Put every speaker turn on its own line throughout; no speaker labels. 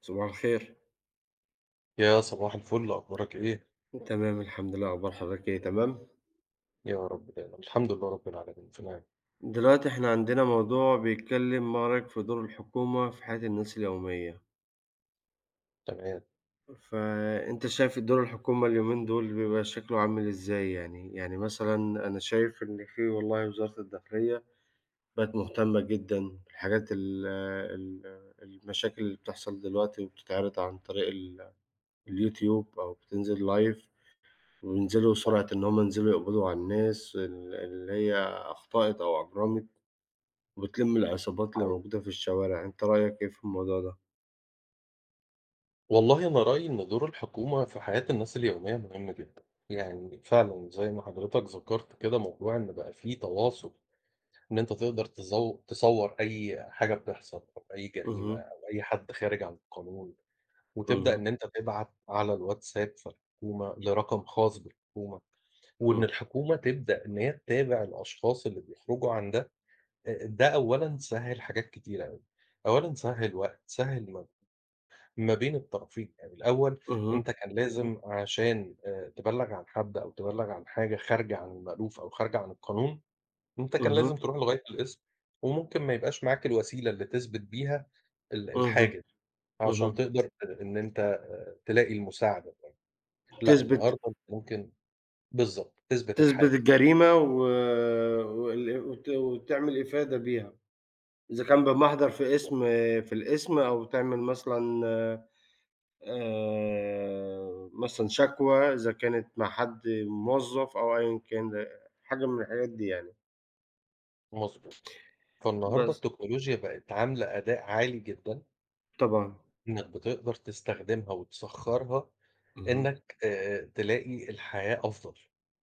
صباح الخير.
يا صباح الفل، أخبارك إيه؟
تمام الحمد لله، أخبار حضرتك إيه تمام؟
يا رب دايما الحمد لله رب العالمين في نعم.
دلوقتي إحنا عندنا موضوع بيتكلّم ما رأيك في دور الحكومة في حياة الناس اليومية،
تمام.
فأنت شايف دور الحكومة اليومين دول بيبقى شكله عامل إزاي يعني؟ يعني مثلًا أنا شايف إن في والله وزارة الداخلية بقت مهتمة جدًا بالحاجات ال ال المشاكل اللي بتحصل دلوقتي وبتتعرض عن طريق اليوتيوب أو بتنزل live. وينزلوا سرعة إن هم ينزلوا يقبضوا على الناس اللي هي أخطأت أو أجرمت، وبتلم العصابات اللي
طيب.
موجودة في الشوارع، أنت رأيك إيه في الموضوع ده؟
والله أنا رأيي إن دور الحكومة في حياة الناس اليومية مهم جدا. يعني فعلا زي ما حضرتك ذكرت كده، موضوع إن بقى فيه تواصل، إن أنت تقدر تصور أي حاجة بتحصل أو أي جريمة
اهم،
أو أي حد خارج عن القانون، وتبدأ
اهم،
إن أنت تبعت على الواتساب في الحكومة لرقم خاص بالحكومة، وإن
اهم،
الحكومة تبدأ إن هي تتابع الأشخاص اللي بيخرجوا عن ده. ده أولًا سهّل حاجات كتيرة أوي، أولًا سهّل وقت، سهّل ما بين الطرفين. يعني الأول
اهم،
أنت كان لازم عشان تبلّغ عن حد أو تبلّغ عن حاجة خارجة عن المألوف أو خارجة عن القانون، أنت كان
اهم،
لازم تروح لغاية القِسم، وممكن ما يبقاش معاك الوسيلة اللي تثبت بيها الحاجة
اهم،
دي عشان
اهم.
تقدر إن أنت تلاقي المساعدة. لأ،
تثبت
النهارده أنت ممكن، بالضبط، تثبت
تثبت
الحالة،
الجريمة و وال وت وتعمل إفادة بيها، إذا كان بمحضر
بالضبط،
في الاسم أو تعمل مثلًا مثلًا شكوى إذا كانت مع حد موظف أو أيًا كان، حاجة من الحاجات دي يعني.
مضبوط. فالنهارده
بس
التكنولوجيا بقت عاملة أداء عالي جدًا،
طبعًا.
إنك بتقدر تستخدمها وتسخّرها،
اهم،
إنك تلاقي الحياة أفضل.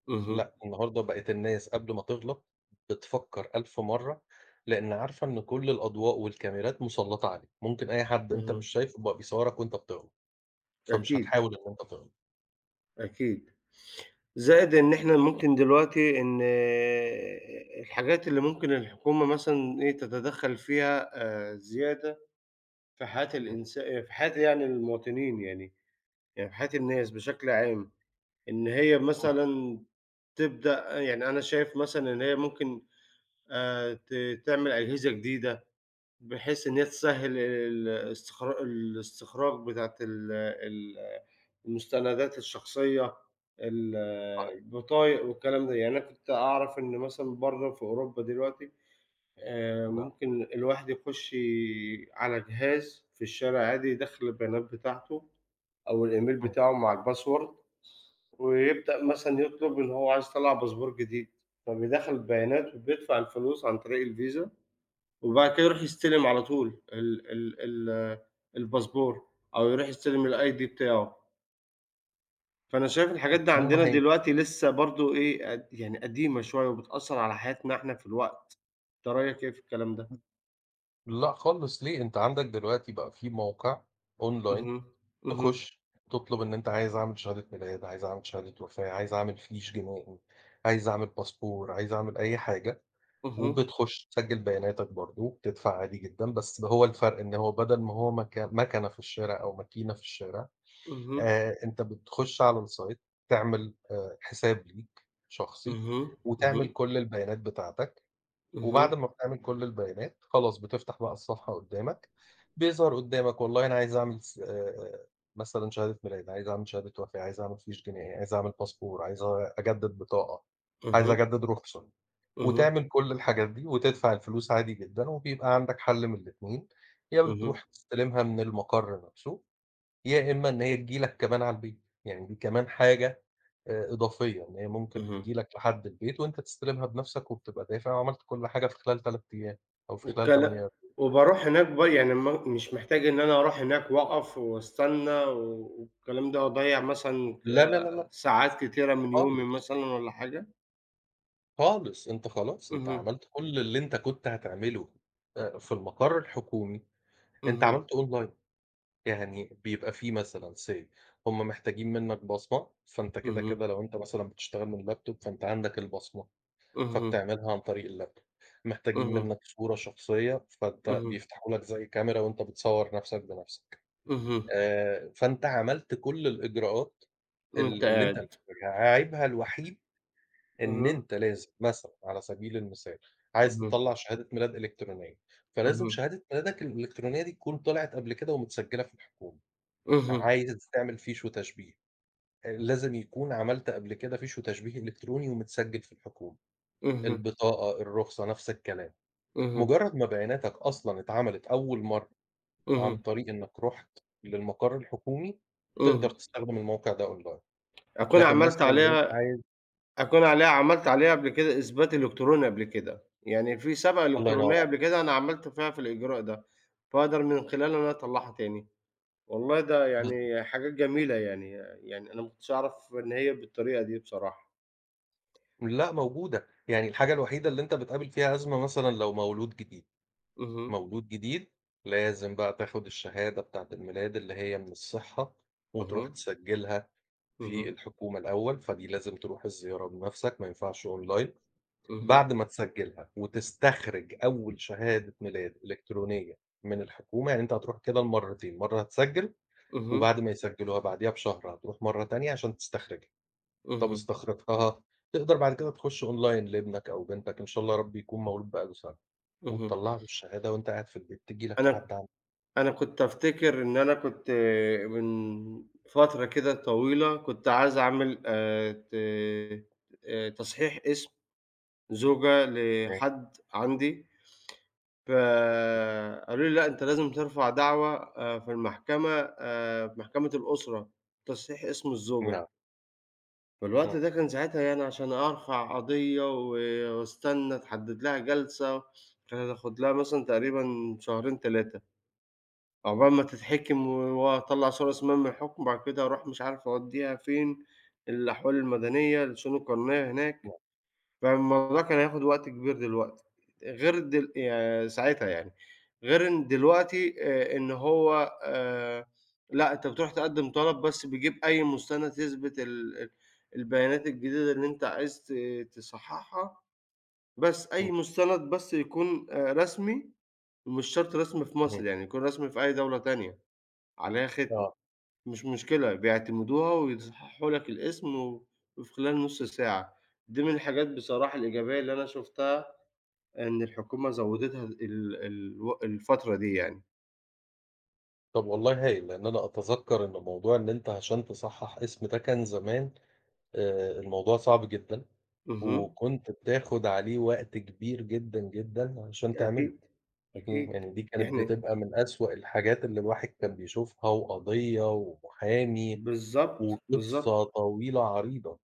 اهم.
لأ، النهارده بقت الناس قبل ما تغلط بتفكّر 1000 مرّة، لإن عارفة إن كل الأضواء والكاميرات مسلّطة عليك، ممكن أي حد أنت
اهم.
مش شايفه بقى بيصوّرك وأنت بتغلط، فمش
أكيد،
هتحاول إن أنت تغلط.
أكيد. زائد إن إحنا ممكن دلوقتي إن الحاجات اللي ممكن الحكومة مثلًا إيه، تتدخّل فيها زيادة في حياة
إمم،
الإنس في حياة يعني المواطنين يعني، يعني في حياة الناس بشكل عام، إن هي
نعم.
مثلًا تبدأ يعني أنا شايف مثلًا إن هي ممكن ت تعمل أجهزة جديدة، بحيث إن هي تسهّل الاستخراج بتاعة ال ال المستندات الشخصية،
صحيح.
البطايق والكلام ده، يعني أنا كنت أعرف إن مثلًا برّه في أوروبا دلوقتي
نعم،
ممكن الواحد يخش على جهاز في الشارع عادي يدخّل البيانات بتاعته أو الإيميل
إمم،
بتاعه مع الpassword ويبدأ
نعم.
مثلًا يطلب إن هو عايز يطلّع باسبور جديد، فبيدخّل البيانات وبيدفع الفلوس عن طريق الفيزا وبعد كده يروح يستلم على طول ال ال ال الباسبور أو يروح يستلم الID بتاعه. فأنا شايف الحاجات دي
كمان ما
عندنا
هي،
دلوقتي لسه برضه إيه، يعني قديمة شوية وبتأثّر على حياتنا إحنا في الوقت. أنت رأيك إيه في الكلام ده؟
لأ خالص ليه. أنت عندك دلوقتي بقى في موقع online،
اهم، اهم،
تخش تطلب إن أنت عايز أعمل شهادة ميلاد، عايز أعمل شهادة وفاة، عايز أعمل فيش جنائي، عايز أعمل باسبور، عايز أعمل أي حاجة.
اهم،
وبتخش تسجل بياناتك برضه، وبتدفع عادي جدًا. بس هو الفرق إن هو بدل ما هو مكنة في الشارع أو ماكينة في الشارع،
اهم،
أنت بتخش على الsite، تعمل حساب ليك شخصي،
اهم، اهم،
وتعمل كل البيانات بتاعتك.
اهم،
وبعد ما بتعمل كل البيانات، خلاص بتفتح بقى الصفحة قدّامك، بيظهر قدّامك، والله أنا عايز أعمل س مثلًا شهادة ميلاد، عايز أعمل شهادة وفاة، عايز أعمل فيش جنائي، عايز أعمل باسبور، عايز أجدد بطاقة، عايز
اهم،
أجدد رخصة.
اهم،
وتعمل كل الحاجات دي وتدفع الفلوس عادي جدًا، وبيبقى عندك حل من الاتنين، يا
اهم،
بتروح تستلمها من المقر نفسه، يا إما إن هي تيجي لك كمان على البيت. يعني دي كمان حاجة إضافية، إن هي ممكن
اهم.
تيجي لك لحد البيت وأنت تستلمها بنفسك، وبتبقى دافع وعملت كل حاجة في خلال 3 أيام أو في خلال 8
والكلا
أيام.
وباروح هناك بقى يعني ما مش محتاج إن أنا أروح هناك وأقف وأستنى والكلام ده وأضيّع مثلًا
لا، لا، لا، لأ
ساعات كتيرة من يومي
خالص،
مثلًا والّا حاجة؟
خالص. أنت خلاص أنت
اهم،
عملت كل اللي أنت كنت هتعمله في المقر الحكومي، أنت
اهم،
عملته أونلاين. يعني بيبقى في مثلًا say، هُم محتاجين منك بصمة، فأنت كده،
اهم،
كده لو أنت مثلًا بتشتغل من لابتوب فأنت عندك البصمة،
اهم،
فبتعملها عن طريق اللاب. محتاجين
اهم،
منّك صورة شخصية، فأنت
اهم،
بيفتحوا لك زي كاميرا وأنت بتصوّر نَفْسك بنَفْسك.
اهم،
فأنت عملت كل الإجراءات ال
وأنت
اللي أنت
قاعد.
محتاجها. عيبها الوحيد إن
اهم،
أنت لازم مثلًا، على سبيل المثال، عايز
اهم،
تطلّع شهادة ميلاد إلكترونية، فلازم
اهم،
شهادة ميلادك الإلكترونية دي تكون طلعت قبل كده ومتسجّلة في الحكومة.
اهم،
عايز تعمل فيش وتشبيه، لازم يكون عملت قبل كده فيش وتشبيه إلكتروني ومتسجّل في الحكومة.
اهم،
البطاقة، الرخصة، نَفْس الكلام.
اهم،
مجرد ما بياناتك أصلًا اتعملت أول مرّة عن
اهم،
طريق إنك رُحت للمقر الحكومي، تقدر
اهم.
تستخدم الموقع ده أونلاين.
أكون
لكن مثلًا
عملت
لو أنت
عليها
عايز،
أكون عليها عملت عليها قبل كده إثبات إلكتروني قبل كده، يعني في سَبَق
الله ينور
إلكترونية
عليك،
قبل كده أنا عملت فيها في الإجراء ده، فاقدر من خلاله إن أنا أطلّعها تاني. والله ده
بالضبط.
يعني حاجات جميلة يعني أنا ما كنتش أعرف إن هي بالطريقة دي بصراحة.
لأ، موجودة. يعني الحاجة الوحيدة اللي أنت بتقابل فيها أزمة مثلًا لو مولود جديد،
اهم،
مولود جديد لازم بقى تاخد الشهادة بتاعة الميلاد اللي هي من الصحة، وتروح
اهم،
تسجلها في
اهم،
الحكومة الأول. فدي لازم تروح الزيارة بنفسك، ما ينفعش أونلاين.
اهم،
بعد ما تسجّلها وتستخرج أول شهادة ميلاد إلكترونية من الحكومة، يعني أنت هتروح كده لمرّتين، مرّة هتسجّل،
اهم،
وبعد ما يسجّلوها بعديها بشهر هتروح مرّة تانية عشان تستخرجها. طَب
اهم،
استخرجتها، تقدر بعد كده تخُش أونلاين لابنك أو بنتك إن شاء الله، يا رب يكون مولود بقى له سَنة،
اهم.
وتطلّع له الشهادة وأنت قاعد في البيت، تيجي لك
أنا
لحد عندك.
أنا كنت أفتكر إن أنا كنت من فترة كده طويلة كنت عايز أعمل ت تصحيح اسم زوجة لحد عندي، فقالوا لي: "لأ، أنت لازم ترفع دعوى في المحكمة في محكمة الأسرة بتصحيح اسم الزوجة."
نعم،
فالوقت
إمم،
ده كان ساعتها يعني عشان أرفع قضية واستنى تحدد لها جلسة، كانت هتاخد لها مثلًا تقريبًا شهرين 3 عقبال ما تتحكم وأطلّع صورة اسمها من الحكم، وبعد كده أروح مش عارف أوديها فين، الأحوال المدنية، الشؤون القانونية هناك.
نعم،
فالموضوع كان هياخد وقت كبير دلوقتي، غير دل يع ساعتها يعني، غير إن دلوقتي إن هو لأ، أنت بتروح تقدّم طلب بس بيجيب أي مستند يثبت ال ال البيانات الجديدة اللي أنت عايز تصحّحها، بس أي
إمم،
مستند بس يكون رسمي ومش شرط رسمي في
إمم،
مصر، يعني يكون رسمي في أي دولة تانية عليها ختم،
آه.
مش مشكلة بيعتمدوها ويصحّحوا لك الاسم وفي خلال نُص ساعة، دي من الحاجات بصراحة الإيجابية اللي أنا شُفتها إن الحكومة زوّدتها ال الو الفترة دي يعني.
طَب والله هايل، لإن أنا أتذكّر إن موضوع إن أنت عشان تصحّح اسم ده كان زمان الموضوع صعب جدًا،
اهم.
وكنت بتاخد عليه وقت كبير جدًا، جدًا علشان تعمله.
أكيد، أكيد.
يعني دي كانت
يعني
بتبقى من أسوأ الحاجات اللي الواحد كان بيشوفها، وقضية ومحامي،
بالضبط، بالضبط.
وقصة طويلة عريضة،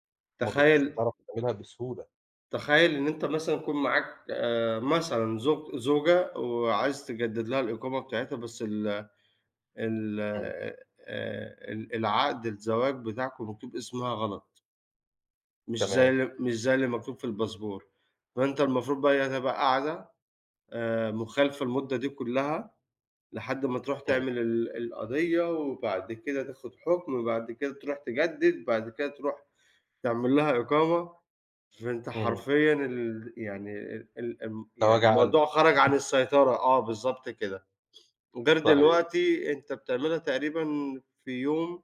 ما كنتش
تخيّل
بتعرف تعملها بسهولة.
تخيّل إن أنت مثلًا يكون معاك مثلًا زوجة وعايز تجدّد لها الإقامة بتاعتها بس ال ال
إمم،
ال العقد الزواج بتاعكم مكتوب اسمها غلط،
تمام،
مش زي اللي مكتوب في الباسبور، فأنت المفروض بقى هي تبقى قاعدة مخالفة المدة دي كُلّها لحد ما تروح
إمم،
تعمل القضية، وبعد كده تاخد حُكم، وبعد كده تروح تجدد، بعد كده تروح تعمل لها إقامة، فأنت
إمم،
حرفيًا ال يعني ال ال الم
ده
يعني
وجع قلب،
الموضوع خرج عن السيطرة، آه بالضبط كده، غير
صحيح،
دلوقتي أنت بتعملها تقريبًا في يوم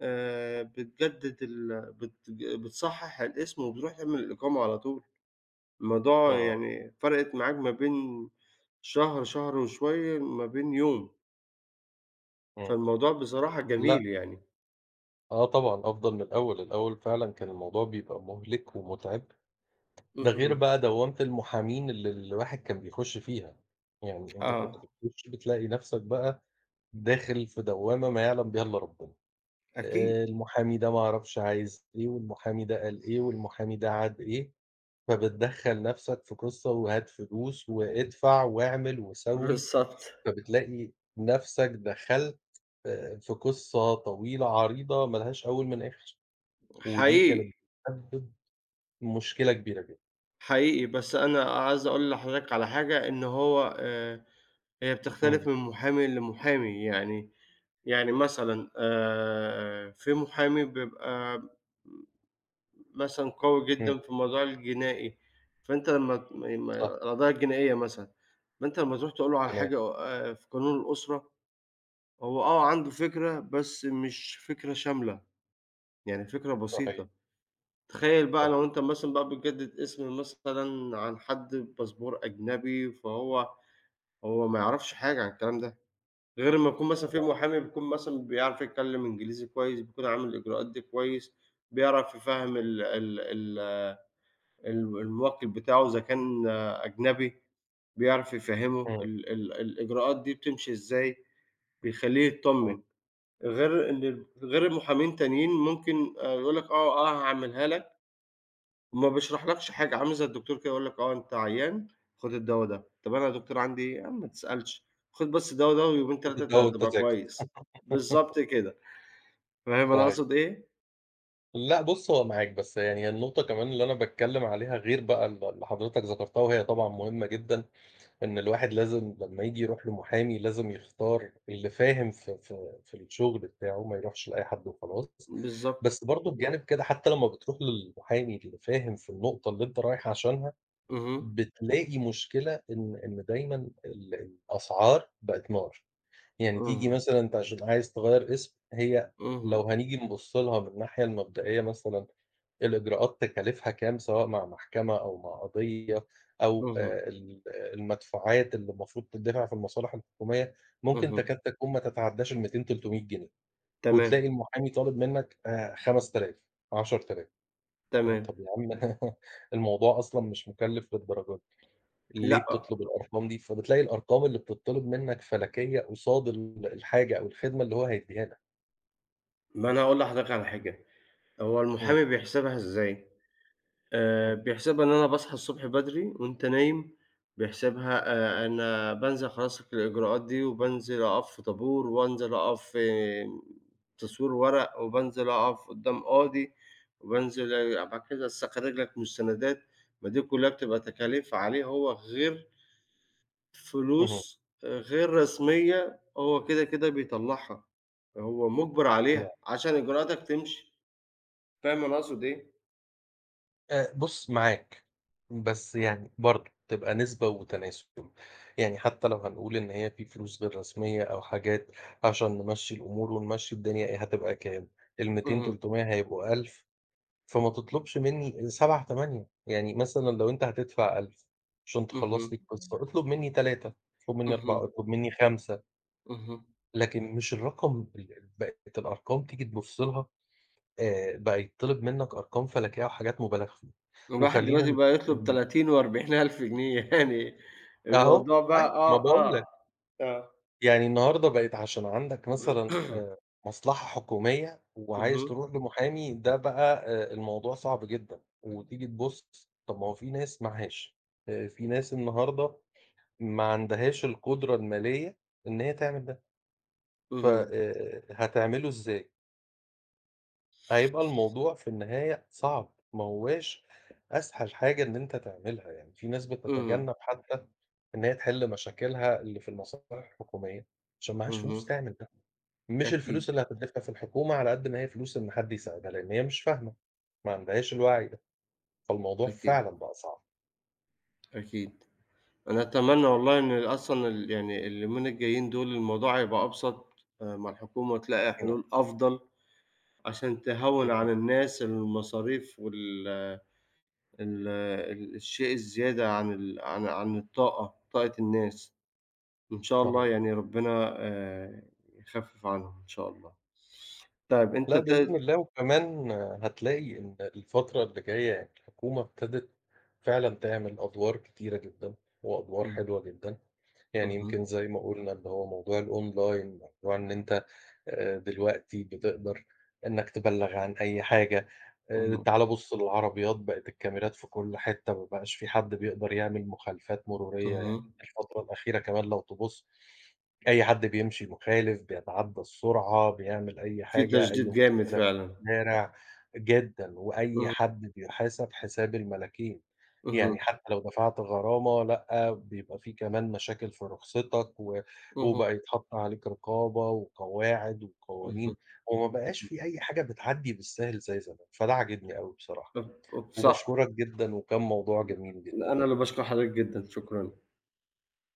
بتجدد ال بتج بتصحّح الاسم وبتروح تعمل الإقامة على طول، الموضوع
آه،
يعني فرقت معاك ما بين شهر، شهر وشوية، ما بين يوم.
إمم.
فالموضوع بصراحة
لأ،
جميل يعني.
آه طبعًا أفضل من الأول. الأول فعلًا كان الموضوع بيبقى مُهلِك ومُتعب. ده غير
اهم.
بقى دوّامة المحامين اللي الواحد كان بيخش فيها. يعني أنت كنت
آه،
بتخش بتلاقي نفْسك بقى داخل في دوّامة ما يعلم بها إلا ربنا.
أكيد.
المحامي ده ما أعرفش عايز إيه، والمحامي ده قال إيه، والمحامي ده عاد إيه. فبتدخّل نفْسك في قصة وهات فلوس وادفع واعمل وسوّي،
بالضبط.
فبتلاقي نفْسك دخلت في قصة طويلة عريضة ما لهاش أول من آخر. ودي
حقيقي،
كانت بتسبب مشكلة كبيرة جدًا.
حقيقي. بس أنا عايز أقول لحضرتك على حاجة، إن هو هي بتختلف
إمم،
من محامي لمحامي. يعني مثلًا في محامي بيبقى مثلًا قوي
إمم،
جدًا في الموضوع الجنائي، فأنت لمّا ما
صح،
القضايا الجنائية مثلًا، فأنت لمّا تروح تقول له على
تمام،
حاجة في قانون الأسرة، هو آه عنده فكرة، بس مش فكرة شاملة. يعني فكرة
صحيح.
بسيطة. تخيّل بقى لو
صحيح،
أنت مثلًا بقى بتجدد اسم مثلًا عن حد بباسبور أجنبي، فهو ما يعرفش حاجة عن الكلام ده، غير أمّا يكون مثلًا في
يعني
محامي بيكون مثلًا بيعرف يتكلم إنجليزي كويس، بيكون عامل الإجراءات دي كويس، بيعرف يفهّم ال ال ال ال الموكِّل بتاعه إذا كان أجنبي، بيعرف يفهّمه
إمم،
ال ال الإجراءات دي بتمشي إزاي، بيخلّيه
إمم،
يتطمّن. غير محامين تانيين ممكن يقول لك آه، آه هاعملها لك. ما بيشرحلكش حاجة، عامل زي الدكتور كده يقول لك آه، أنت عيان، خُد الدوا ده. طب أنا يا دكتور عندي إيه؟ يا عم ما تسألش، خُد بس الدوا ده ويومين 3 أنت
وتتضايق وأنت
هتبقى
ساكت.
كويس. بالضبط كده، فاهم أنا
صحيح.
أقصد إيه؟
لأ بُص، هو معاك، بس يعني النقطة كمان اللي أنا باتكلّم عليها غير بقى اللي حضرتك ذكرتها، وهي طبعًا مهمة جدًا، إن الواحد لازم لمّا ييجي يروح لمحامي لازم يختار اللي فاهم في الشغل بتاعه، ما يروحش لأي حد وخلاص.
بالضبط.
بس برضه بجانب كده، حتى لمّا بتروح للمحامي اللي فاهم في النقطة اللي أنت رايح عشانها،
اهم،
بتلاقي مشكلة إن دايمًا الأسعار بقت نار. يعني تيجي
اهم،
مثلًا أنت عشان عايز تغيّر اسم، هي لو
اهم،
هنيجي نبُص لها من الناحية المبدئية مثلًا، الإجراءات تكاليفها كام، سواء مع محكمة أو مع قضية أو
اهم،
ال المدفوعات اللي المفروض تدفع في المصالح الحكومية، ممكن
اهم.
تكاد تكون ما تتعداش ال200، 300 جنيه،
تمام،
وتلاقي المحامي طالب منك 5000، 10,000.
تمام.
طَب يا عم، الموضوع أصلًا مش مُكلّف للدرجة، ليه
لأ،
بتطلب الأرقام دي؟ فبتلاقي الأرقام اللي بتطلب منك فلكية قصاد الحاجة أو الخدمة اللي هو هيدّيها لك.
ما أنا هاقول لحضرتك على حاجة، هو
إمم،
المحامي بيحسبها إزاي؟
إمم،
بيحسبها إن أنا باصحى الصبح بدري وأنت نايم، بيحسبها أنا بانزل خلاص الإجراءات دي وبانزل أقف في طابور وانزل أقف في تصوير ورق وبانزل أقف قدّام قاضي وبانزل بعد كده أسّخن رجلك مستندات، ما دي كُلّها بتبقى تكاليف عليه هو غير فلوس
اهم،
آه، غير رسمية هو كده، كده بيطلّعها، هو مُجبر
نعم.
عليها عشان إجراءاتك تمشي، فاهم أنا أقصد إيه؟
بُص معاك، بس يعني برضه تبقى نسبة وتناسب. يعني حتى لو هنقول إن هي في فلوس غير رسمية أو حاجات عشان نمشّي الأمور ونمشّي الدنيا، إيه هتبقى كام؟ ال200،
اهم،
300 هيبقوا 1000، فما تطلبش منّي 7، 8. يعني مثلًا لو أنت هتدفع 1000 عشان
اهم،
تخلّص لي القصة، اطلب منّي 3، اطلب منّي 4،
اهم.
اطلب منّي 5،
اهم.
لكن مش الرقم ال ال بقت الأرقام تيجي تبُص لها بقى يتطلب منّك أرقام فلكية وحاجات مُبالغ فيها.
الواحد
وخلّينا
دلوقتي
نت
بقى يطلب
إن
30 و40 ألف جنيه يعني
أهو
الموضوع بقى
أيوه، ما
آه،
باقول
آه،
لك.
آه.
يعني النهارده بقت عشان عندك مثلًا مصلحة حكومية وعايز
اهم،
تروح لمحامي، ده بقى الموضوع صعب جدًا. وتيجي تبُص، طَب ما هو في ناس معهاش، في ناس النهارده ما عندهاش القدرة المالية إن هي تعمل ده. ف
اهم،
هتعمله إزاي؟ هيبقى الموضوع في النهاية صعب، ما هواش أسهل حاجة إن أنت تعملها. يعني في ناس
اهم،
بتتجنب حتى إن هي تحل مشاكلها اللي في المصالح الحكومية، عشان معهاش فلوس
اهم.
تعمل ده. مش
أكيد،
الفلوس اللي هتدفع في الحكومة على قد ما هي فلوس إن حد يساعدها، لإن هي مش فاهمة، ما عندهاش الوعي ده. فالموضوع
أكيد،
فعلًا بقى صعب
أكيد. أنا أتمنى والله إن أصلًا ال يعني اليومين الجايين دول الموضوع يبقى أبسط مع الحكومة وتلاقي
هنا.
حلول أفضل عشان تهوّن عن
اهم،
الناس المصاريف وال آه، ال ال الشيء الزيادة عن ال عن عن الطاقة، طاقة الناس. إن شاء الله
صحيح.
يعني ربنا يخفِّف عنهم إن شاء الله. طيب أنت
لأ، بإذن
ت
الله. وكمان هتلاقي إن الفترة اللي جاية يعني الحكومة ابتدت فعلًا تعمل أدوار كتيرة جدًا وأدوار
اهم،
حلوة جدًا. يعني
اهم،
يمكن زي ما قُلنا اللي هو موضوع الأونلاين، موضوع إن أنت دلوقتي بتقدر إنّك تبلّغ عن أي حاجة.
اهم،
تعالَ بُص للعربيات، بقت الكاميرات في كل حتّة، ما بقاش في حد بيقدر يعمل مخالفات مرورية. يعني
اهم.
الفترة الأخيرة كمان لو تبُص، أي حد بيمشي مخالف، بيتعدّى السرعة، بيعمل أي
في
حاجة، أي
تجديد جامد
مشكلة
فعلًا.
في الشارع جدًا، وأي
اهم،
حد بيحاسب حساب الملاكين.
اهم،
يعني حتّى لو دفعت غرامة، لأ، بيبقى في كمان مشاكل في رخصتك، و
اهم،
وبقى يتحط عليك رقابة وقواعد
اهم،
وقوانين، وما بقاش
اهم.
في أي حاجة بتعدّي بالسهل زي زمان. فده عاجبني أوي بصراحة.
أب أب صح.
وباشكرك جدًا، وكان موضوع جميل جدًا.
أنا اللي باشكر حضرتك جدًا، شكرًا.